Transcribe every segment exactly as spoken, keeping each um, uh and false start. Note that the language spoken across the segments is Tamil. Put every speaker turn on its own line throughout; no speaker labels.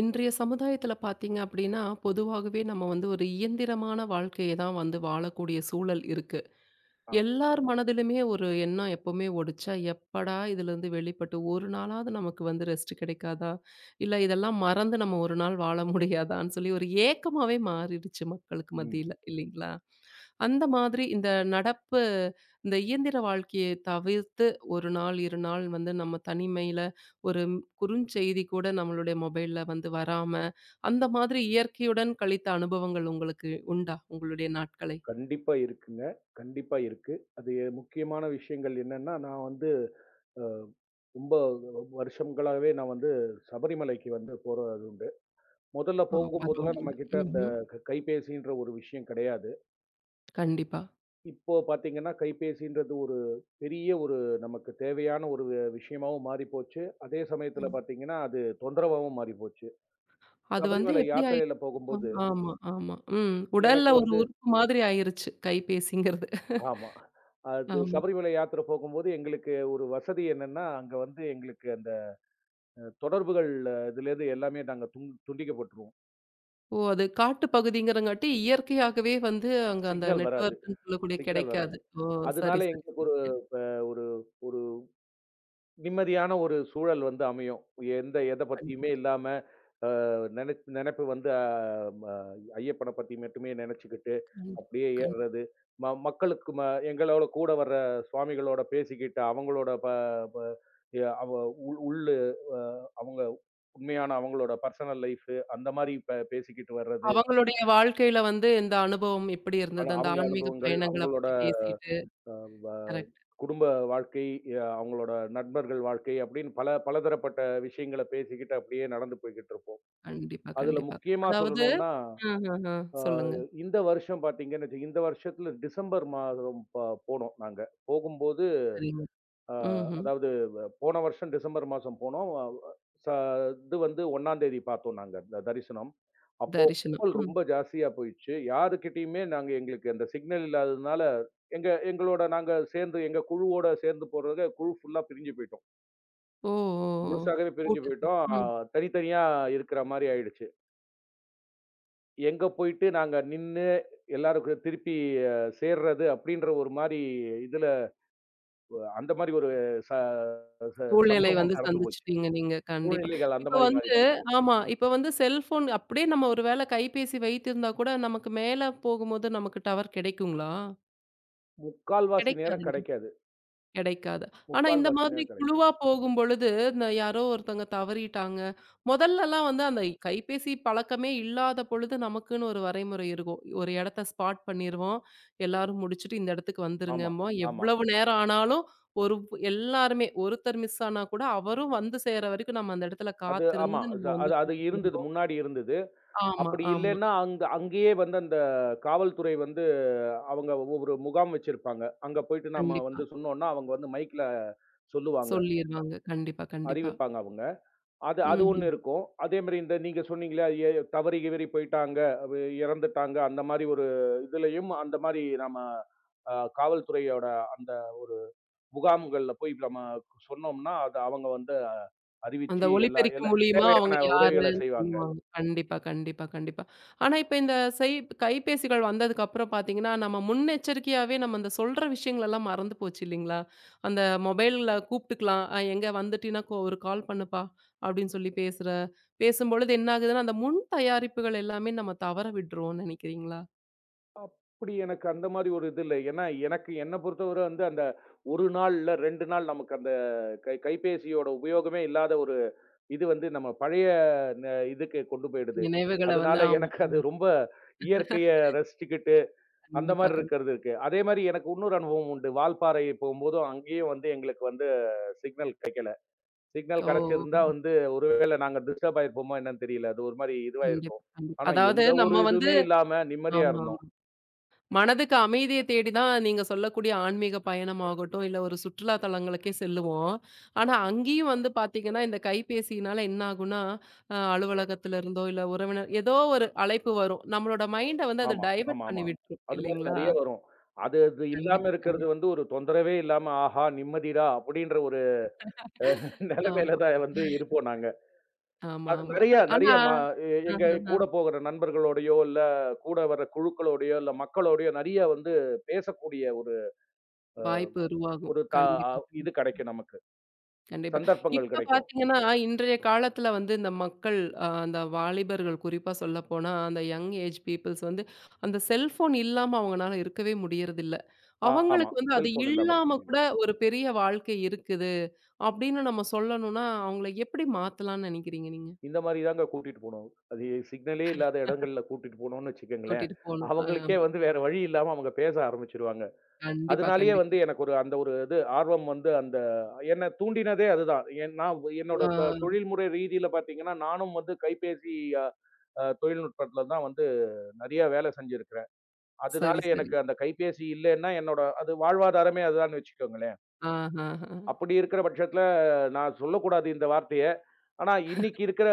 இன்றைய சமுதாயத்துல பார்த்தீங்க அப்படின்னா, பொதுவாகவே நம்ம வந்து ஒரு இயந்திரமான வாழ்க்கைய தான் வந்து வாழக்கூடிய சூழல் இருக்கு.
ஆ.
எல்லார் மனதிலுமே ஒரு எண்ணம் எப்பவுமே ஓடுச்சா, எப்படா இதுலருந்து வெளிப்பட்டு ஒரு நாளாவது நமக்கு வந்து ரெஸ்ட் கிடைக்காதா? இல்ல இதெல்லாம் மறந்து நம்ம ஒரு நாள் வாழ முடியாதான்னு சொல்லி ஒரு ஏக்கமாவே மாறிடுச்சு மக்களுக்கு
ம்.
மத்தியில இல்லைங்களா? அந்த மாதிரி இந்த நடப்பு இந்த இயந்திர வாழ்க்கையை தவிர்த்து ஒரு நாள், இரண்டு நாள் வந்து நம்ம தனிமையில ஒரு ம்- குறுஞ்செய்தி கூட நம்மளுடைய மொபைல்ல வந்து வராம, அந்த மாதிரி இயற்கையுடன் கழித்த அனுபவங்கள் உங்களுக்கு உண்டா? உங்களுடைய நாட்களை?
கண்டிப்பா இருக்குங்க. கண்டிப்பா இருக்கு. அது முக்கியமான விஷயங்கள் என்னன்னா, நான் வந்து அ ரொம்ப வருஷங்களாவே நான் வந்து சபரிமலைக்கு வந்து போறது உண்டு. முதல்ல
ஓ!
போகும்போதெல்லாம்
பரவாயில்ல.
நம்மகிட்ட அந்த
ம்ஹ்ம்.
க கைபேசின்ற ஒரு விஷயம் கிடையாது.
கண்டிப்பா.
இப்போ பார்த்தீங்கன்னா, கைபேசின்றது ஒரு பெரிய ஒரு நமக்கு தேவையான ஒரு வி- விஷயமாவும் மாறி போச்சு. அதே சமயத்தில
ஆமா.
பார்த்தீங்கன்னா, அது தொந்தரவாவும் மாறி போச்சு.
அது வந்து
சபரிமலை
எப்படி ஆயிருச்சுன்னா
யாத்திரையில போகும்போது
ஆமா, ஆமா. ம். உடல்ல
எனக்கு
ஒரு
வந்து
உறுப்பு மாதிரி ஆயிருச்சு, கைபேசிங்கிறது.
ஆமா. அது
ஆமா.
சபரிமலை யாத்திரை போகும்போது எங்களுக்கு ஒரு வசதி என்னன்னா, அங்க வந்து எங்களுக்கு அந்த அ தொடர்புகள் அஹ், இதுலேருந்து எல்லாமே நாங்க துண் துண்டிக்கப்பட்டுருவோம்.
ஓ! அது காட்டு பகுதிங்கிறங்காட்டி இயற்கையாகவே வந்து அங்க அந்த
சிக்னல் வராது.
நெட்வொர்க்ன்னு சொல்லக்கூடிய
சிக்னல்
கிடைக்காது.
வராது.
ஓ!
அதனால
சரி, சரி,
எங்களுக்கு ஒரு
சரிங்க.
இப்ப ஒரு ஒரு நிம்மதியான ஒரு சூழல் வந்து அமையும். எந்த எத
கண்டிப்பா, கண்டிப்பா,
பத்தியுமே இல்லாம நென நெனப்பு வந்து அ ம ஐயப்பன பத்தி மட்டுமே நெனச்சுக்கிட்டு, அப்படியே
கண்டிப்பா.
ஏறுறது. ம மக்களுக்கு ம எங்களோட கூட வர்ற சுவாமிகளோட பேசிக்கிட்டு, அவங்களோட ப ப எ அவ உள்ள அ அவங்க உண்மையான அவங்களோட பர்சனல் லைஃப் அந்த மாரி பே பேசிக்கிட்டு வர்றது.
அவங்களுடைய வாழ்க்கையில வந்து இந்த அனுபவம் எப்படி
ஆனா
இருந்தது? அந்த
அவங்க
ஆன்மீக
அனுபவங்கள்,
பயணங்கள
அவங்களோட
பத்தி பேசிட்டு.
அ வ
கரெக்ட்.
குடும்ப வாழ்க்கை, அ அவங்களோட நண்பர்கள் வாழ்க்கை அப்படின்னு பல பலதரப்பட்ட விஷயங்கள பேசிக்கிட்டு அப்படியே நடந்து போய்க்கிட்டு இருப்போம்.
கண்டிப்பா,
அதுல
கண்டிப்பா.
முக்கியமா
அதாவது
சொல்லணும்னா,
அஹஹ.
அ
சொல்லுங்க.
இந்த வருஷம் பார்த்தீங்கன்னு வச்சு இந்த வருஷத்துல டிசம்பர் மாதம் ப போனோம் நாங்க. போகும்போது
சரிங்க.
அ
ம்ஹ்ம்.
அதாவது வ போன வருஷம் டிசம்பர் மாசம் போனோம். அ ச இது வந்து முதலாம் தேதி பார்த்தோம் நாங்க இந்த தரிசனம். அப்போ
தரிசனம்.
கும்பல்
ம்.
ரொம்ப ஜாஸ்தியா போயிடுச்சு. யாருகிட்டயுமே நாங்க எங்களுக்கு அந்த சிக்னல் இல்லாததுனால, எங்க எங்களோட நாங்க சேர்ந்து எங்க குழுவோட சேர்ந்து போறத குழு ஃபுல்லா பிரிஞ்சு போயிட்டோம்.
ஓ! ஓ! ஓ!
முழுசாகவே பிரிஞ்சு
கூட்டத்துல.
போயிட்டோம். அ
ம்.
தனித்தனியா இருக்கிற மாரி ஆயிடுச்சு. எங்க போயிட்டு நாங்க நின்னு எல்லாரும் கூட திருப்பி அ சேர்றது அப்படின்ற ஒரு மாரி இதுல அந்த மாரி ஒரு ச ச
சூழ்நிலை வந்து
சம்பவம் நடந்து போச்சு.
சந்திச்சுட்டீங்க நீங்க. கண்டிப்பா.
சூழ்நிலைகள் அந்த
இப்ப
மாரி மாறி
வந்து
போச்சு.
ஆமா. இப்ப வந்து செல்ஃபோன் அப்படியே நம்ம ஒரு வேளை கைபேசி வைத்திருந்தா கூட, நமக்கு மேல போகும்போது நமக்கு டவர் கிடைக்குங்களா?
முக்கால்வாசி நேரம்
கிடைக்காதுங்க.
கிடைக்காது.
கிடைக்காது. ஆனா இந்த
முக்கால்வாசி
மாதிரி
நேரம் கிடைக்காது.
குழுவா போகும்பொழுது, இந்த யாரோ ஒருத்தவங்க தவறிட்டாங்க. முதல்லலாம் வந்து அந்த கைபேசி பழக்கமே இல்லாத பொழுது நமக்குன்னு ஒரு வரைமுறை இருக்கும். ஒரு இடத்த ஸ்பாட் பண்ணிருவோம். எல்லாரும் முடிச்சுட்டு இந்த இடத்துக்கு
ஆமா,
வந்துருங்கம்போம்.
ஆமா.
எவ்வளவு நேரம் ஆனாலும் ஒரு எல்லாருமே ஒருத்தர் மிஸ் ஆனா கூட அவரும் வந்து சேர்ற வரைக்கும் நம்ம அந்த இடத்துல
அது ஆமா.
காத்திருந்து நம்ம
அது
வந்து
அது அது
கூட்டிட்டு
இருந்தது.
வருவோம்.
முன்னாடி இருந்தது.
ஆமா,
அப்படி
ஆமா.
இல்லைன்னா, அங்க அங்கேயே வந்து அந்த காவல்துறை வந்து அவங்க ஒரு முகாம் வச்சிருப்பாங்க. அங்க போயிட்டு நாம
கண்டிப்பா.
வந்து சொன்னோம்னா, அவங்க வந்து மைக்ல சொல்லுவாங்க.
சொல்லிருவாங்க. கண்டிப்பா, கண்டிப்பா.
அறிவிப்பாங்க அவங்க. அது அது ஒண்ணு
ம்.
இருக்கும். அதே மாரி இந்த நீங்க சொன்னீங்களே, எ தவறி கிவறி போயிட்டாங்க, அது இறந்துட்டாங்க. அந்த மாரி ஒரு இதுலயும் அந்த மாரி நாம அ காவல்துறையோட அந்த முகாம்கள்ல போய் இப்ப நம்ம சொன்னோம்னா, அத அவங்க வந்து
அந்த
அறிவிச்சு எல்லா
ஒலிபெருக்கி
எல்லா
மூலியமா அவங்க
தேவையான உதவிகள
யாருன்னு
செய்வாங்க.
சொல்லுவாங்க. கண்டிப்பா, கண்டிப்பா, கண்டிப்பா. ஆனா இப்ப இந்த செய் கைபேசிகள் வந்ததுக்கு அப்புறம் பார்த்தீங்கன்னா, நம்ம முன்னெச்சரிக்கையாவே நம்ம அந்த சொல்ற விஷயங்களெல்லாம் மறந்து போச்சு இல்லைங்களா? அந்த மொபைல்ல கூப்பிட்டுக்கலாம். அ எங்க வந்துட்டீன்னா கோ ஒரு கால் பண்ணுப்பா அப்படின்னு சொல்லி பேசுற பேசும்பொழுது என்ன ஆகுதுன்னா, அந்த முன் தயாரிப்புகள் எல்லாமே நம்ம தவற விடுறோம்ன்னு நினைக்கிறீங்களா?
அப்படி எனக்கு அந்த மாரி ஒரு இது இல்ல. ஏன்னா, எனக்கு என்ன பொறுத்தவர வந்து அந்த ஒரு நாள் இல்ல ரெண்டு நாள் நமக்கு அந்த கை கைபேசியோட உபயோகமே இல்லாத ஒரு இது வந்து நம்ம பழைய ந இதுக்கு கொண்டு போயிடுது.
நினைவுகள வந்து
அதனால
ஆமா.
எனக்கு அது ரொம்ப இயற்கைய ரசிச்சுக்கிட்டு அந்த
கண்டிப்பா,
மாரி
கண்டிப்பா.
இருக்கிறது இருக்கு. அதே மாரி எனக்கு இன்னொரு அனுபவம் உண்டு. வால்பாறை போகும்போதும் அங்கேயும் வந்து எங்களுக்கு வந்து சிக்னல் கிடைக்கல. சிக்னல்
ஓ!
கிடைச்சிருந்தா வந்து ஒருவேளை நாங்க டிஸ்டர்ப் ஆயிருப்போமா என்னன்னு தெரியல. அது ஒரு மாரி
கண்டிப்பா,
இதுவாயிருக்கும்.
கண்டிப்பா.
ஆனா
அதாவது
எந்த ஒரு
நம்ம வந்து
இதுவுமே இல்லாம நிம்மதியா
ஆமா.
இருந்தோம்.
மனதுக்கு அமைதிய தேடி தான் நீங்க சொல்லக்கூடிய ஆன்மீக பயணமாகட்டும், இல்ல ஒரு சுற்றுலா தலங்களுக்கே செல்லுவோம். ஆனா, அங்கேயும் வந்து பார்த்தீங்கன்னா, இந்த கைபேசியினால என்ன ஆகும்னா, அ அலுவலகத்துல இருந்தோ, இல்ல உறவினர் ஏதோ ஒரு அழைப்பு வரும். நம்மளோட மைண்ட வந்து அது
ஆமா,
டைவர்ட்
ஆமா,
பண்ணி
ஆமா.
விட்டுரும்
அது மாரி
இல்லைங்களா?
நெறைய வரும். அது அது இல்லாம
கண்டிப்பா,
இருக்கிறது
கண்டிப்பா.
வந்து ஒரு தொந்தரவே இல்லாம, ஆஹா! நிம்மதிடா அப்படின்ற ஒரு நெலைமையில
ஆமா,
தான் வந்து இருப்போம் நாங்க.
ஆமா,
அது
ஆமா.
நெறைய
ஆனா
நெறைய ம எ- எங்க
ஆஹஹ.
கூட போகிற நண்பர்களோடையோ, இல்ல கூட வர குழுக்களோடையோ, இல்ல மக்களோடையோ நெறைய வந்து பேசக்கூடிய ஒரு
வாய்ப்பு உருவாகும்.
ஒரு தா
கண்டிப்பா,
இது
கண்டிப்பா.
கெடைக்கும் நமக்கு.
கண்டிப்பா.
சந்தர்ப்பங்கள்
இப்ப
கெடைக்கும்.
பார்த்தீங்கன்னா, இன்றைய காலத்துல வந்து இந்த மக்கள் அ அந்த வாலிபர்கள் குறிப்பா சொல்லப்போனா, அந்த யங் ஏஜ் பீப்பிள்ஸ் வந்து அந்த செல்ஃபோன் இல்லாம அவங்கனால இருக்கவே முடியறதில்ல.
ஆமா.
அவங்களுக்கு வந்து அது
செல்ஃபோன் இல்லாம இருக்க
இல்லாம கூட
முடியும்.
ஒரு பெரிய வாழ்க்கை இருக்குது, அப்படின்னு நம்ம சொல்லணும்னா, அவங்கள எப்படி மாத்தலாம்ன்னு நெனைக்கிறீங்க நீங்க?
இந்த மாரி தாங்க கூட்டிட்டு போனோம். அது சிக்னலே இல்லாத இடங்கள்ல கூட்டிட்டு போனோம்னு வச்சுக்கங்களேன்,
கூட்டிட்டு போணும்.
அவங்களுக்கே
ஆமா.
வந்து வேற வழி இல்லாம அவங்க பேச ஆரம்பிச்சுருவாங்க.
கண்டிப்பா,
அதனாலேயே
கண்டிப்பா.
வந்து எனக்கு ஒரு அந்த ஒரு இது ஆர்வம் வந்து அந்த என்ன தூண்டினதே அதுதான். ஏன் நான் என்னோட தொ
ஆ
தொழில்முறை ரீதியில பார்த்தீங்கன்னா, நானும் வந்து கைபேசி அ அ தொழில்நுட்பத்தில தான் வந்து நெறைய வேலை செஞ்சிருக்கிறேன். அதனால
சரி, சரி.
எனக்கு அந்த கைபேசி இல்லைன்னா என்னோட அது வாழ்வாதாரமே அதுதான்னு வச்சுக்கோங்களேன்.
ஆஹஹ.
அப்படி இருக்கிற பட்சத்தில, நான் சொல்லக்கூடாது இந்த வார்த்தைய. ஆனா, இன்னைக்கு இருக்கிற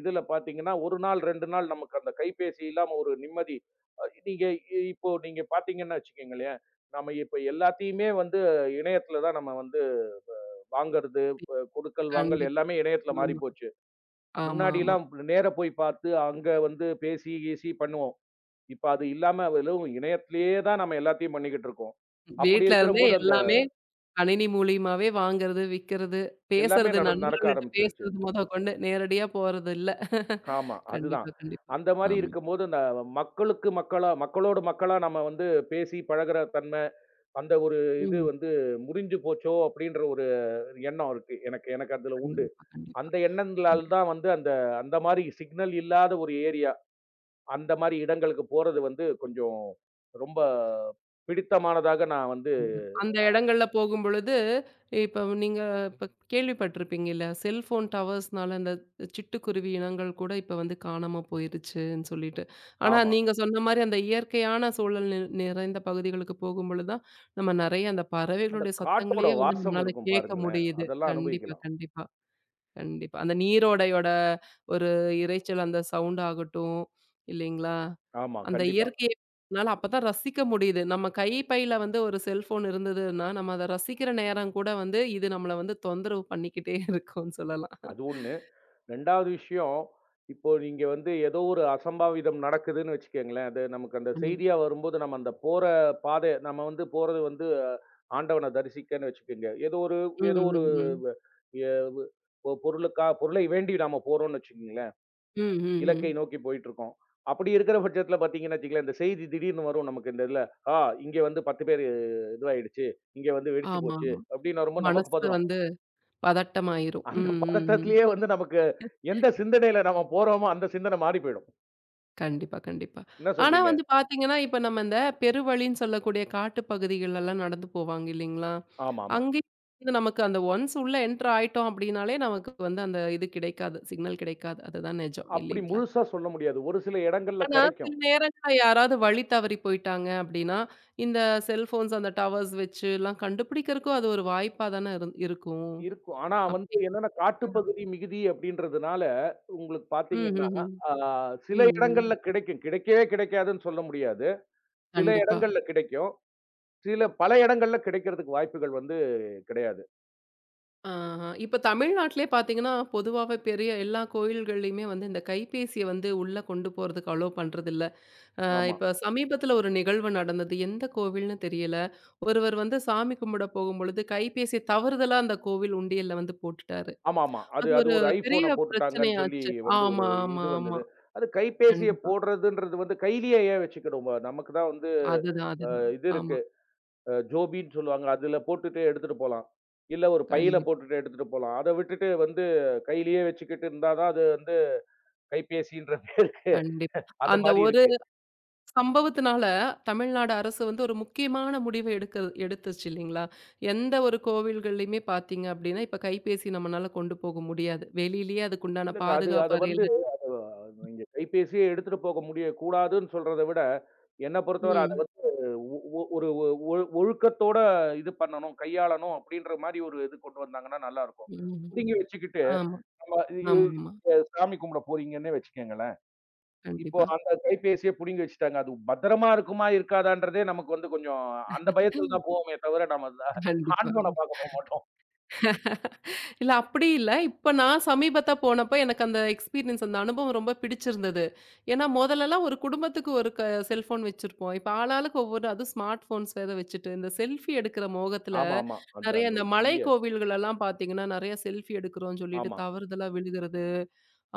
இதுல பார்த்தீங்கன்னா, ஒரு நாள், ரெண்டு நாள் நமக்கு அந்த கைபேசி இல்லாம ஒரு நிம்மதி. அ நீங்க இ- இப்போ நீங்க பார்த்தீங்கன்னு வச்சுக்கங்களேன், நம்ம இப்ப எல்லாத்தையுமே வந்து இணையத்துல தான் நம்ம வந்து வாங்குறது, ப கொடுக்கல், வாங்கல்
கண்டிப்பா.
எல்லாமே இணையத்துல
ஆமா.
மாறிப்போச்சு.
ஆமா, ஆமா.
முன்னாடிலாம் நேர போய் பார்த்து, அங்க வந்து பேசி, கீசி பண்ணுவோம். இப்ப அது இல்லாம வெறும் இணையத்திலேயே தான் நம்ம எல்லாத்தையும் பண்ணிக்கிட்டு இருக்கோம். அப்படி
வீட்ல இருந்தே
இருக்கிறம்போது, அந்த
எல்லாமே கணினி மூலியமாவே வாங்குறது, விக்கிறது,
எல்லாமே
பேசுறது
நட நடக்க
நண்பர்கள்ட்ட
ஆரம்பிச்சுடுச்சு.
பேசுறது மொதக்கொண்டு நேரடியா போறது இல்ல.
ஆமா. அதுதான்.
கண்டிப்பா, கண்டிப்பா.
அந்த மாரி
ஆமா.
இருக்கும்போது, அந்த மக்களுக்கு மக்களா மக்களோடு மக்களா நம்ம வந்து பேசி பழகுற தன்மை, அந்த ஒரு இது
ம்.
வந்து முறிஞ்சு போச்சோ! அப்பிடின்ற ஒரு எண்ணம் இருக்கு. எனக்கு எனக்கு அதுல உண்டு.
கண்டிப்பா, கண்டிப்பா.
அந்த
ம்.
எண்ணங்களால் தான் வந்து அந்த அந்த மாரி சிக்னல் இல்லாத ஒரு ஏரியா, அந்த மாரி இடங்களுக்கு போறது வந்து கொஞ்சம் ரொம்ப பிடித்தமானதாக நான் வந்து
அந்த இடங்கள்ல போகும்பொழுது, இப்ப நீங்க இப்ப கேள்விப்பட்டிருப்பீங்கல்ல, செல்ஃபோன் டவர்ஸ்னால இந்த சிட்டுக்குருவி இனங்கள் கூட இப்ப வந்து காணாம போயிருச்சுன்னு சொல்லிட்டு. ஆனா
ஆமா.
நீங்க சொன்ன மாரி அந்த இயற்கையான சூழல் நி நிறைந்த பகுதிகளுக்கு போகும்பொழுது தான், நம்ம நெறைய அந்த
அந்த
பறவைகளுடைய
காட்டோட
சத்தங்களையே வந்து
வாசம்
நம்மளால
இருக்கும்
கேட்க
பாருங்களேன்!
முடியுது.
அதெல்லாம்
கண்டிப்பா,
அனுபவிக்கலாம்.
கண்டிப்பா. கண்டிப்பா. அந்த நீரோடையோட ஒரு இரைச்சல், அந்த சவுண்ட் ஆகட்டும், இல்லைங்களா?
ஆமா,
அந்த
கண்டிப்பா.
இயற்கைய நம்மளால அப்பதான் ரசிக்க முடியுது. நம்ம கைப்பையில வந்து ஒரு செல்ஃபோன் இருந்ததுன்னா, நம்ம அத ரசிக்கிற நேரம் கூட வந்து, இது நம்மள வந்து தொந்தரவு பண்ணிக்கிட்டே இருக்கும்னு சொல்லலாம்.
அது ஒண்ணு. இரண்டாவது விஷயம், இப்போ நீங்க வந்து ஏதோ ஒரு அசம்பாவிதம் நடக்குதுன்னு வச்சுக்கங்களேன். அது நமக்கு அந்த
ம்.
செய்தியா வரும்போது, நம்ம அந்த போற பாதை நம்ம வந்து போறது வந்து ஆண்டவன தரிசிக்கன்னு வச்சுக்கங்க. ஏதோ ஒரு
ம்,
ஏதோ ஒரு
ம், ம்.
வ எ வ் பொ பொருளுக்கா பொருளை வேண்டி நாம போறோம்ன்னு வச்சுக்கங்களேன்.
ம், ம், ம்.
இலக்கை நோக்கி போயிட்டுருக்கோம். அப்படி இருக்கிற பட்சத்தில பார்த்தீங்கன்னு வச்சுக்கங்களேன், இந்த செய்தி திடீர்னு வரும் நமக்கு இந்த இதில. "ஆ இங்க வந்து பத்து பேரு இதுவாயிடுச்சு. இங்க வந்து வெடிச்சு போச்சு."
ஆமாமா.
அப்படின்னு வரும்போது நமக்கு
மனசு
பதறும்.
வந்து பதட்டமாயிரும்.
அந்த
ம், ம், ம்.
பதட்டத்திலேயே வந்து நமக்கு எந்த சிந்தனையில நம்ம போறோமோ, அந்த சிந்தனை மாறி போயிடும்.
கண்டிப்பா, கண்டிப்பா.
என்ன
ஆனா
சொல்றீங்க?
வந்து பாத்தீங்கன்னா, இப்ப நம்ம இந்த பெருவழின்னு சொல்லக்கூடிய காட்டு பகுதிகள்லலாம் நடந்து போவாங்க இல்லைங்களா?
ஆமாமா.
அங்கேயும் வந்து நமக்கு அந்த ஒன்ஸ் உள்ள என்டர் ஆயிட்டோம் அப்படின்னாலே, நமக்கு வந்து அந்த இது கிடைக்காது. சிக்னல் கிடைக்காது. அதுதான் நிஜம்
அப்படி
இல்லைங்களா?
முழுசா சொல்ல முடியாது. ஒரு சில இடங்கள்ல
ஆனா சில
கிடைக்கும்.
நேரங்கள்ல யாராவது வழி தவறி போயிட்டாங்க அப்படின்னா, இந்த செல்ஃபோன்ஸ் அந்த டவர்ஸ் வச்சுலாம் கண்டுபிடிக்கிறதுக்கும் அது ஒரு வாய்ப்பா தானே இருந் இருக்கும்.
இருக்கும். ஆனா வந்து
அப்படி.
என்னன்னா,
ம்.
காட்டுப்பகுதி மிகுதி அப்படின்றதுனால, உங்களுக்கு
ம்ஹ்ம்.
பார்த்தீங்கன்னா,
ம்.
ஆ சில
ம். ம்.
இடங்கள்ல கிடைக்கும். கிடைக்கவே கிடைக்காதுன்னு சொல்ல முடியாது. சில
கண்டிப்பா.
இடங்கள்ல கிடைக்கும். சில பல இடங்கள்ல கிடைக்கிறதுக்கு வாய்ப்புகள் வந்து கிடையாது.
ஆஹா. இப்ப தமிழ்நாட்டிலே பார்த்தீங்கன்னா, பொதுவாவே பெரிய எல்லா கோயில்கள்லயுமே வந்து இந்த கைபேசிய வந்து உள்ள கொண்டு போறதுக்கு அலோ பண்றதில்ல. அ
ஆமா.
இப்ப சமீபத்தில ஒரு நிகழ்வு நடந்தது. எந்த கோவில்னு தெரியல. ஒருவர் வந்து சாமி கும்பிட போகும்பொழுது கைபேசிய தவறுதலா அந்த கோவில் உண்டியல்ல வந்து போட்டுட்டாரு.
ஆமா, ஆமா. அது
அது
அது
ஒரு
ஒரு iPhoன
பெரிய
போட்டுட்டாங்கன்னு சொல்லி
பிரச்சனையாச்சு.
வந்து ஒரு
ஆமா,
இது
ஆமா, ஆமா.
வந்தது. அது கைபேசிய
கண்டிப்பா.
போடுறதுன்றது வந்து கையிலேயே ஏன் வச்சுக்கணும்? நமக்கு தான் வந்து
அதுதான்,
அ
அதுதான்.
இது
ஆமா.
இருக்கு. அ ஜோபின்னு சொல்லுவாங்க. அதுல போட்டுட்டு எடுத்துட்டு போலாம். இல்ல ஒரு பையில
கண்டிப்பா,
போட்டுட்டு எடுத்துட்டு போலாம். அத விட்டுட்டு வந்து கையிலேயே வச்சுக்கிட்டு இருந்தா தான் அது வந்து கைபேசின்ற பேருக்கு
கண்டிப்பா.
அந்த
அந்த
மாரி
ஒரு
இருக்கு.
சம்பவத்தினால தமிழ்நாடு அரசு வந்து ஒரு முக்கியமான முடிவை எடுக்க எடுத்துச்சு இல்லைங்களா? எந்த ஒரு கோவில்கள்லயுமே பார்த்தீங்க அப்படின்னா, இப்ப கைபேசி நம்மனால கொண்டு போக முடியாது. வெளியிலேயே அதுக்குண்டான
இல்லங்க. அது
பாதுகாப்பு
அத வந்து
அறையில
நீங்க கைபேசியே எடுத்துட்டு போக முடிய கூடாதுன்னு சொல்றத விட, என்ன பொறுத்தவர அத
ம்,
ஒரு ஒ ஒழு ஒழுக்கத்தோட இது பண்ணணும், கையாளணும் அப்படின்ற மாரி ஒரு இது கொண்டு வந்தாங்கன்னா நல்லாருக்கும்.
ம்.
புடுங்கி வச்சுக்கிட்டு
ஆமா,
நம்ம இ
ஆமாமா.
அ சாமி கும்பிட போறீங்கன்னே வச்சுக்கங்களேன். இப்போ
கண்டிப்பா,
அந்த கைபேசிய புடுங்கி வச்சுட்டாங்க. அது பத்திரமா இருக்குமா, இருக்காதான்றதே நமக்கு வந்து கொஞ்சம் அந்த பயத்துல தான் போவோமே தவிர, நம்ம அ
கண்டிப்பா.
ஆண்டவன பார்க்க போமாட்டோம்.
இல்ல அப்படி இல்ல. இப்ப நான் சமீபத்தா போனப்ப எனக்கு அந்த எக்ஸ்பீரியன்ஸ் அந்த அனுபவம் ரொம்ப பிடிச்சிருந்தது. ஏன்னா முதல்லலாம் ஒரு குடும்பத்துக்கு ஒரு க செல்ஃபோன் வச்சிருப்போம். இப்ப ஆளாளுக்கு ஒவ்வொரு அதுவும் ஸ்மார்ட் ஃபோன்ஸ் வேற வச்சுட்டு, இந்த செல்ஃபி எடுக்கிற மோகத்துல
ஆமா, ஆமா. அந்த
நெறைய
அந்த
இந்த
ஒரு
மலை
பெரிய
கோவில்கள் எல்லாம் பார்த்தீங்கன்னா, நெறைய செல்ஃபி எடுக்கிறோம்னு சொல்லிட்டு
ஆமா.
தவறுதலா விழுகிறது,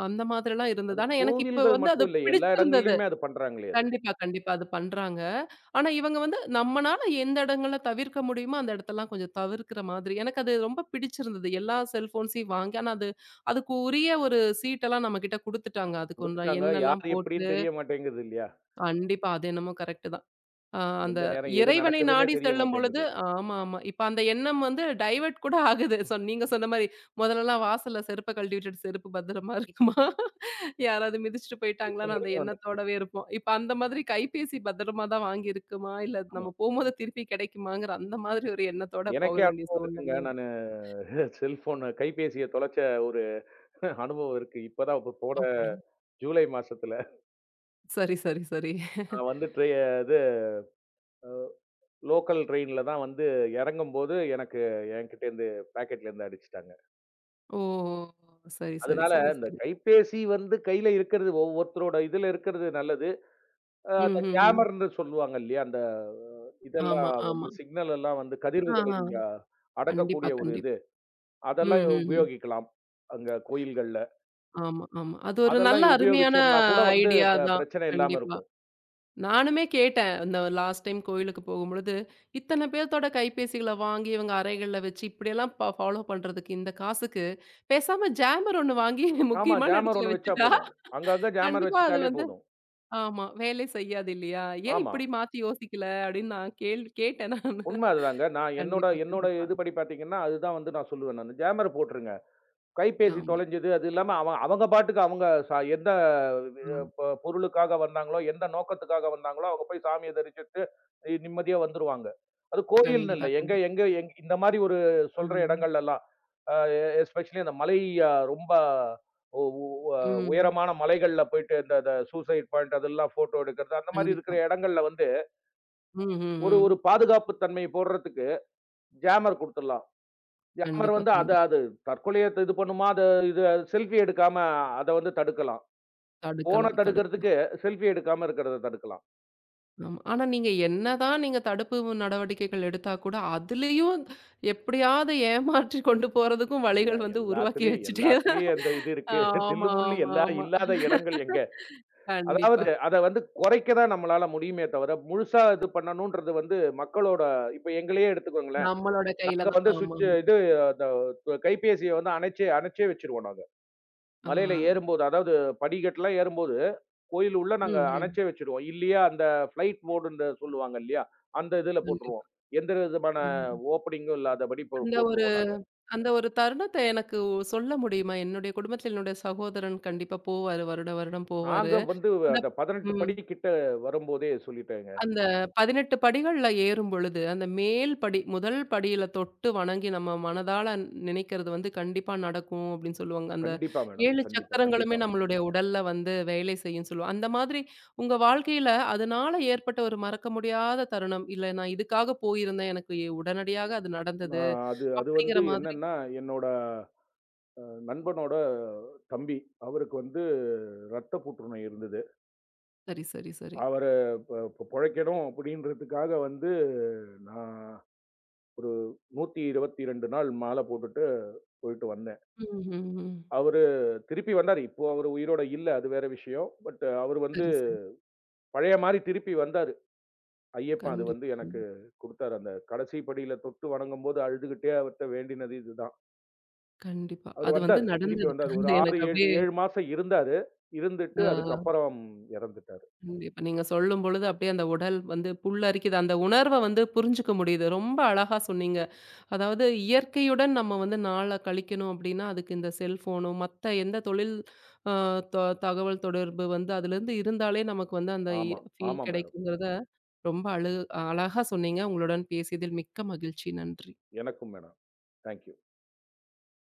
அந்த மாதிரிலாம் இருந்தது.
அது
ஆனா எனக்கு இப்ப
கோவில்கள்
வந்து அது
மட்டும் இல்ல. எல்லா
பிடிச்சிருந்தது.
இடங்கள்லயுமே அது பண்றாங்களே அது.
கண்டிப்பா, கண்டிப்பா. அது பண்றாங்க. ஆனா இவங்க வந்து நம்மனால எந்த இடங்கள்ல தவிர்க்க முடியுமோ, அந்த இடத்தெல்லாம் கொஞ்சம் தவிர்க்கிற மாதிரி. எனக்கு அது ரொம்ப பிடிச்சிருந்தது. எல்லா செல்ஃபோன்ஸையும் வாங்கி ஆனா அது அதுக்கு உரிய ஒரு சீட்டெல்லாம் நம்மகிட்ட குடுத்துட்டாங்க. அதுக்கு உண்டான
குடுத்துட்டாங்க.
எண்ணெல்லாம்
யார்
போட்டு
எப்படின்னு தெரிய மாட்டேங்குது இல்லையா?
கண்டிப்பா. அது என்னமோ கரெக்ட்டு தான். ஆ அந்த
எந்த நேரம் எது
இறைவனை
நடக்குதுன்னே
நாடி
தெரிய
செல்லும் பொழுது
மாட்டேங்குது.
ஆமா, ஆமா. இப்ப அந்த எண்ணம் வந்து டைவர்ட் கூட ஆகுது. சொ நீங்க சொன்ன மாரி முதல்லலாம் வாசல்ல செருப்ப கழட்டி விட்டுட்டு செருப்பு பத்திரமா இருக்குமா? யாராவது மிதிச்சுட்டு
இப்போ
போயிட்டாங்களான்னு அந்த
வரைக்கும் வந்துருச்சு.
எண்ணத்தோடவே இருப்போம். இப்ப அந்த மாதிரி கைபேசி பத்திரமா தான் வாங்கி இருக்குமா? இல்ல
ஆமா.
நம்ம போம்போது திருப்பி கிடைக்குமாங்கிற அந்த மாதிரி ஒரு எண்ணத்தோட போக
எனக்கே
வேண்டிய
அனுபவம் இருக்குங்க.
சூழ்நிலை இருக்கு.
நானு செல்ஃபோன் கைபேசிய தொலைச்ச ஒரு அனுபவம் இருக்கு. இப்பதான் இப்ப போன
அப்படி.
ஜூலை மாசத்துல
சரி, சரி, சரி.
நான் வந்து ட்ரெ இது லோக்கல் ட்ரெயின்ல தான் வந்து இறங்கும்போது எனக்கு என்கிட்டேருந்து பாக்கெட்லேருந்து அடிச்சுட்டாங்க.
ஓ! சரி, சரி,
அதனால
சரி,
இந்த
சரி.
கைபேசி வந்து கையில இருக்கிறது ஒவ்வொருத்தரோட இதுல இருக்கிறது நல்லது. அ
ம்,
அந்த
ம், ம்.
ஜாமர்ன்னு சொல்லுவாங்க இல்லையா? அந்த
ஆமா,
இதெல்லாம் வந்து
ஆமா.
சிக்னல் எல்லாம் வந்து கதிர்வுகளை
ஆஹா.
அஹ்,
கண்டிப்பா,
அடக்கக்கூடிய ஒரு
கண்டிப்பா.
இது. அதெல்லாம்
ம், ம், ம்.
உபயோகிக்கலாம். அங்க கோயில்கள்ல.
ஆமா, ஆமா. அது ஒரு நல்ல
அதெல்லாம்
அருமையான
உபயோகிச்சோம்னா கூட வந்து
ஐடியா
ப
தான்.
பிரச்சனை இல்லாம
கண்டிப்பா.
இருக்கும்.
நானுமே கேட்டேன். இந்த லாஸ்ட் டைம் கோயிலுக்கு போகும்பொழுது, இத்தன பேர்த்தோட கைபேசிகள வாங்கி இவங்க அறைகள்ல வச்சு இப்படியெல்லாம் ப ஃபாலோ பண்றதுக்கு இந்த காசுக்கு, பேசாம ஜாமர் ஒண்ணு வாங்கி
ஆமா.
முக்கியமான
ஜாமர்
இடத்துல
ஒண்ணு வச்சா
வச்சுட்டா,
போதும். அங்கங்க ஜாமர்
கண்டிப்பா அது
வச்சுட்டாலே
வந்து
போதும்.
ஆமா, வேலை செய்யாது இல்லையா? ஏன்
ஆமா.
இப்படி மாத்தி யோசிக்கல? அப்படின்னு நான் கேள்வி கேட்டேன் நானு.
உண்ம அதுதாங்க. நான் என்னோட
கண்டிப்பா,
என்னோட
கண்டிப்பா.
இதுபடி பார்த்தீங்கன்னா, அதுதான் வந்து நான் சொல்லுவேன் நானு. ஜாமர் போட்டுருங்க. கைபேசி
ஆமா,
தொலைஞ்சது. அது இல்லாம அவன் அவங்க பாட்டுக்கு அவங்க ச எந்த
ஆமா.
அஹ், ப பொருளுக்காக வந்தாங்களோ, எந்த நோக்கத்துக்காக வந்தாங்களோ, அவங்க போய் சாமிய தரிசிச்சுட்டு இ- நிம்மதியா வந்துருவாங்க. அது கோயில்ன்னு இல்ல.
கண்டிப்பா,
எங்க
கண்டிப்பா.
எங்க எங் இந்த மாரி ஒரு
ஆ.
சொல்ற இடங்கள்லலாம், அ எஸ்பெஷலி அந்த மலை அ ரொம்ப உ உ அ
ம்.
உயரமான மலைகள்ல போயிட்டு இந்த இந்த சூசைட் பாயிண்ட் அதெல்லாம் ஃபோட்டோ எடுக்கிறது, அந்த மாரி
கண்டிப்பா.
இருக்கிற இடங்கள்ல வந்து
ம், ம்,
ஒரு ஒரு
ம்.
பாதுகாப்பு தன்மை போடுறதுக்கு ஜாமர் குடுத்துடலாம். யாமர்
கண்டிப்பா,
வந்து அது
கண்டிப்பா.
அது தற்கொலைய இது பண்ணுமா? அது இது செல்ஃபி எடுக்காம அத வந்து தடுக்கலாம். ஃபோன
தடுக்கலாம்,
தடுக்கிறதுக்கு
தடுக்கலாம்.
செல்ஃபி எடுக்காம இருக்கிறத தடுக்கலாம்.
ஆமா. ஆனா நீங்க என்னதான் நீங்க தடுப்பு நடவடிக்கைகள் எடுத்தா கூட, அதுலயும் எப்படியாவது ஏமாற்றி கொண்டு போறதுக்கும்
எல்லா
வழிகள் வந்து உருவாக்கி
எல்லாத்துலயும்
வச்சுட்டே தான்
எல்லாத்துலயும் அந்த இது இருக்கு. தில்லு
ஆமா,
முல்லு
ஆமா,
எல்லா
ஆமா.
இல்லாத இடங்கள் எங்க?
கண்டிப்பா.
அதாவது அத வந்து குறைக்க தான் நம்மளால முடியுமே தவிர, முழுசா இது பண்ணணுன்றது வந்து மக்களோட இப்ப எங்களையே எடுத்துக்கோங்களேன்.
நம்மளோட கையில
நாங்க
தான்.
வந்து சுவிட்ச்
ஆமாமா.
இது அந்த கைபேசிய வந்து அணைச்சே அணைச்சே வச்சுருவோம் நாங்க.
ஆ.
மலையில ஏறும்போது, அதாவது படிக்கட்டுலாம் ஏறும்போது, கோயில் உள்ள நாங்க
ம், ம்.
அணைச்சே வச்சுருவோம். இல்லையா அந்த ஃப்ளைட் மோடுன்னு சொல்லுவாங்க இல்லையா? அந்த இதுல
கண்டிப்பா.
போட்டுருவோம். எந்த விதமான
ம்.
ஓப்பனிங்கும் இல்லாதபடி போ
அந்த ஒரு
போட்டுருவோம் நாங்க.
அந்த ஒரு தருணத்த எனக்கு சொல்ல முடியுமா? என்னுடைய குடும்பத்தில என்னுடைய சகோதரன் கண்டிப்பா போவாரு. வருட வருடம் போவாரு.
நாங்க வந்து
அந்த
அந்த பதினெட்டு
ம்.
படி கிட்ட வரும்போதே சொல்லிட்டேங்க.
அந்த பதினெட்டு படிகள்ல ஏறும் பொழுது, அந்த மேல் படி முதல் படியில தொட்டு வணங்கி நம்ம மனதால நினைக்கிறது வந்து கண்டிப்பா நடக்கும் அப்படின்னு சொல்லுவாங்க. அந்த
கண்டிப்பா மேடம்.
ஏழு
கண்டிப்பா,
சக்கரங்களுமே
கண்டிப்பா.
நம்மளுடைய உடல்ல வந்து வேலை செய்யும்னு சொல்லுவோம். அந்த மாதிரி உங்க வாழ்க்கையில அதனால ஏற்பட்ட ஒரு மறக்க முடியாத தருணம், இல்ல நான் இதுக்காக போயிருந்தேன், எனக்கு இ- உடனடியாக அது நடந்தது
நான் அது அது வந்து
அப்படிங்கிற மாதிரி
என்னன்னா, என்னோட நண்பனோட தம்பி. அவருக்கு வந்து ரத்த புற்றுநோய் இருந்தது.
சரி, சரி, சரி.
அவர ப பொழைக்கணும் அப்படின்றதுக்காக வந்து நான் ஒரு நூற்று இருபத்தி இரண்டு நாள் மாலை போட்டுட்டு போயிட்டு வந்தேன்.
ம்ஹ்ஹ்ம்.
அவரு திருப்பி வந்தாரு. இப்போ அவரு உயிரோட இல்ல. அது வேற விஷயம். பட் அவரு வந்து
சரி, சரி.
பழைய மாரி திருப்பி வந்தாரு. ஐயப்பன் அது வந்து
கண்டிப்பா,
எனக்கு
கண்டிப்பா.
குடுத்தாரு. அந்த கடைசி படியில தொட்டு வணங்கும்போது அழுதுகிட்டே அவர்ட்ட வேண்டினது இதுதான்.
கண்டிப்பா.
அவரு
அது வந்து
வந்தாரு. திருப்பி
நடந்தது.
வந்தாரு. ஒரு ஆறு,
எனக்கு
ஏழு,
அப்படியே
ஏழு மாசம் இருந்தாரு. இருந்துட்டு
ஆ.
அதுக்கப்புறம் இறந்துட்டாரு.
கண்டிப்பா. நீங்க சொல்லும் பொழுது அப்படியே அந்த உடல் வந்து புல்லரிக்குது. அந்த உணர்வ வந்து புரிஞ்சுக்க முடியுது. ரொம்ப அழகா சொன்னீங்க. அதாவது இயற்கையுடன் நம்ம வந்து நாள கழிக்கணும் அப்படின்னா, அதுக்கு இந்த செல்ஃபோனும், மத்த எந்த தொழில் அ த தகவல் தொடர்பு வந்து அதுலேருந்து இருந்தாலே நமக்கு வந்து அந்த இ
ஆமா.
ஃபீல்
ஆமா மேடம்.
கிடைக்குங்கிறத ரொம்ப அழு அழகா சொன்னீங்க. உங்களுடன் பேசியதில் மிக்க மகிழ்ச்சி. நன்றி.
எனக்கும் மேடம். Thank you.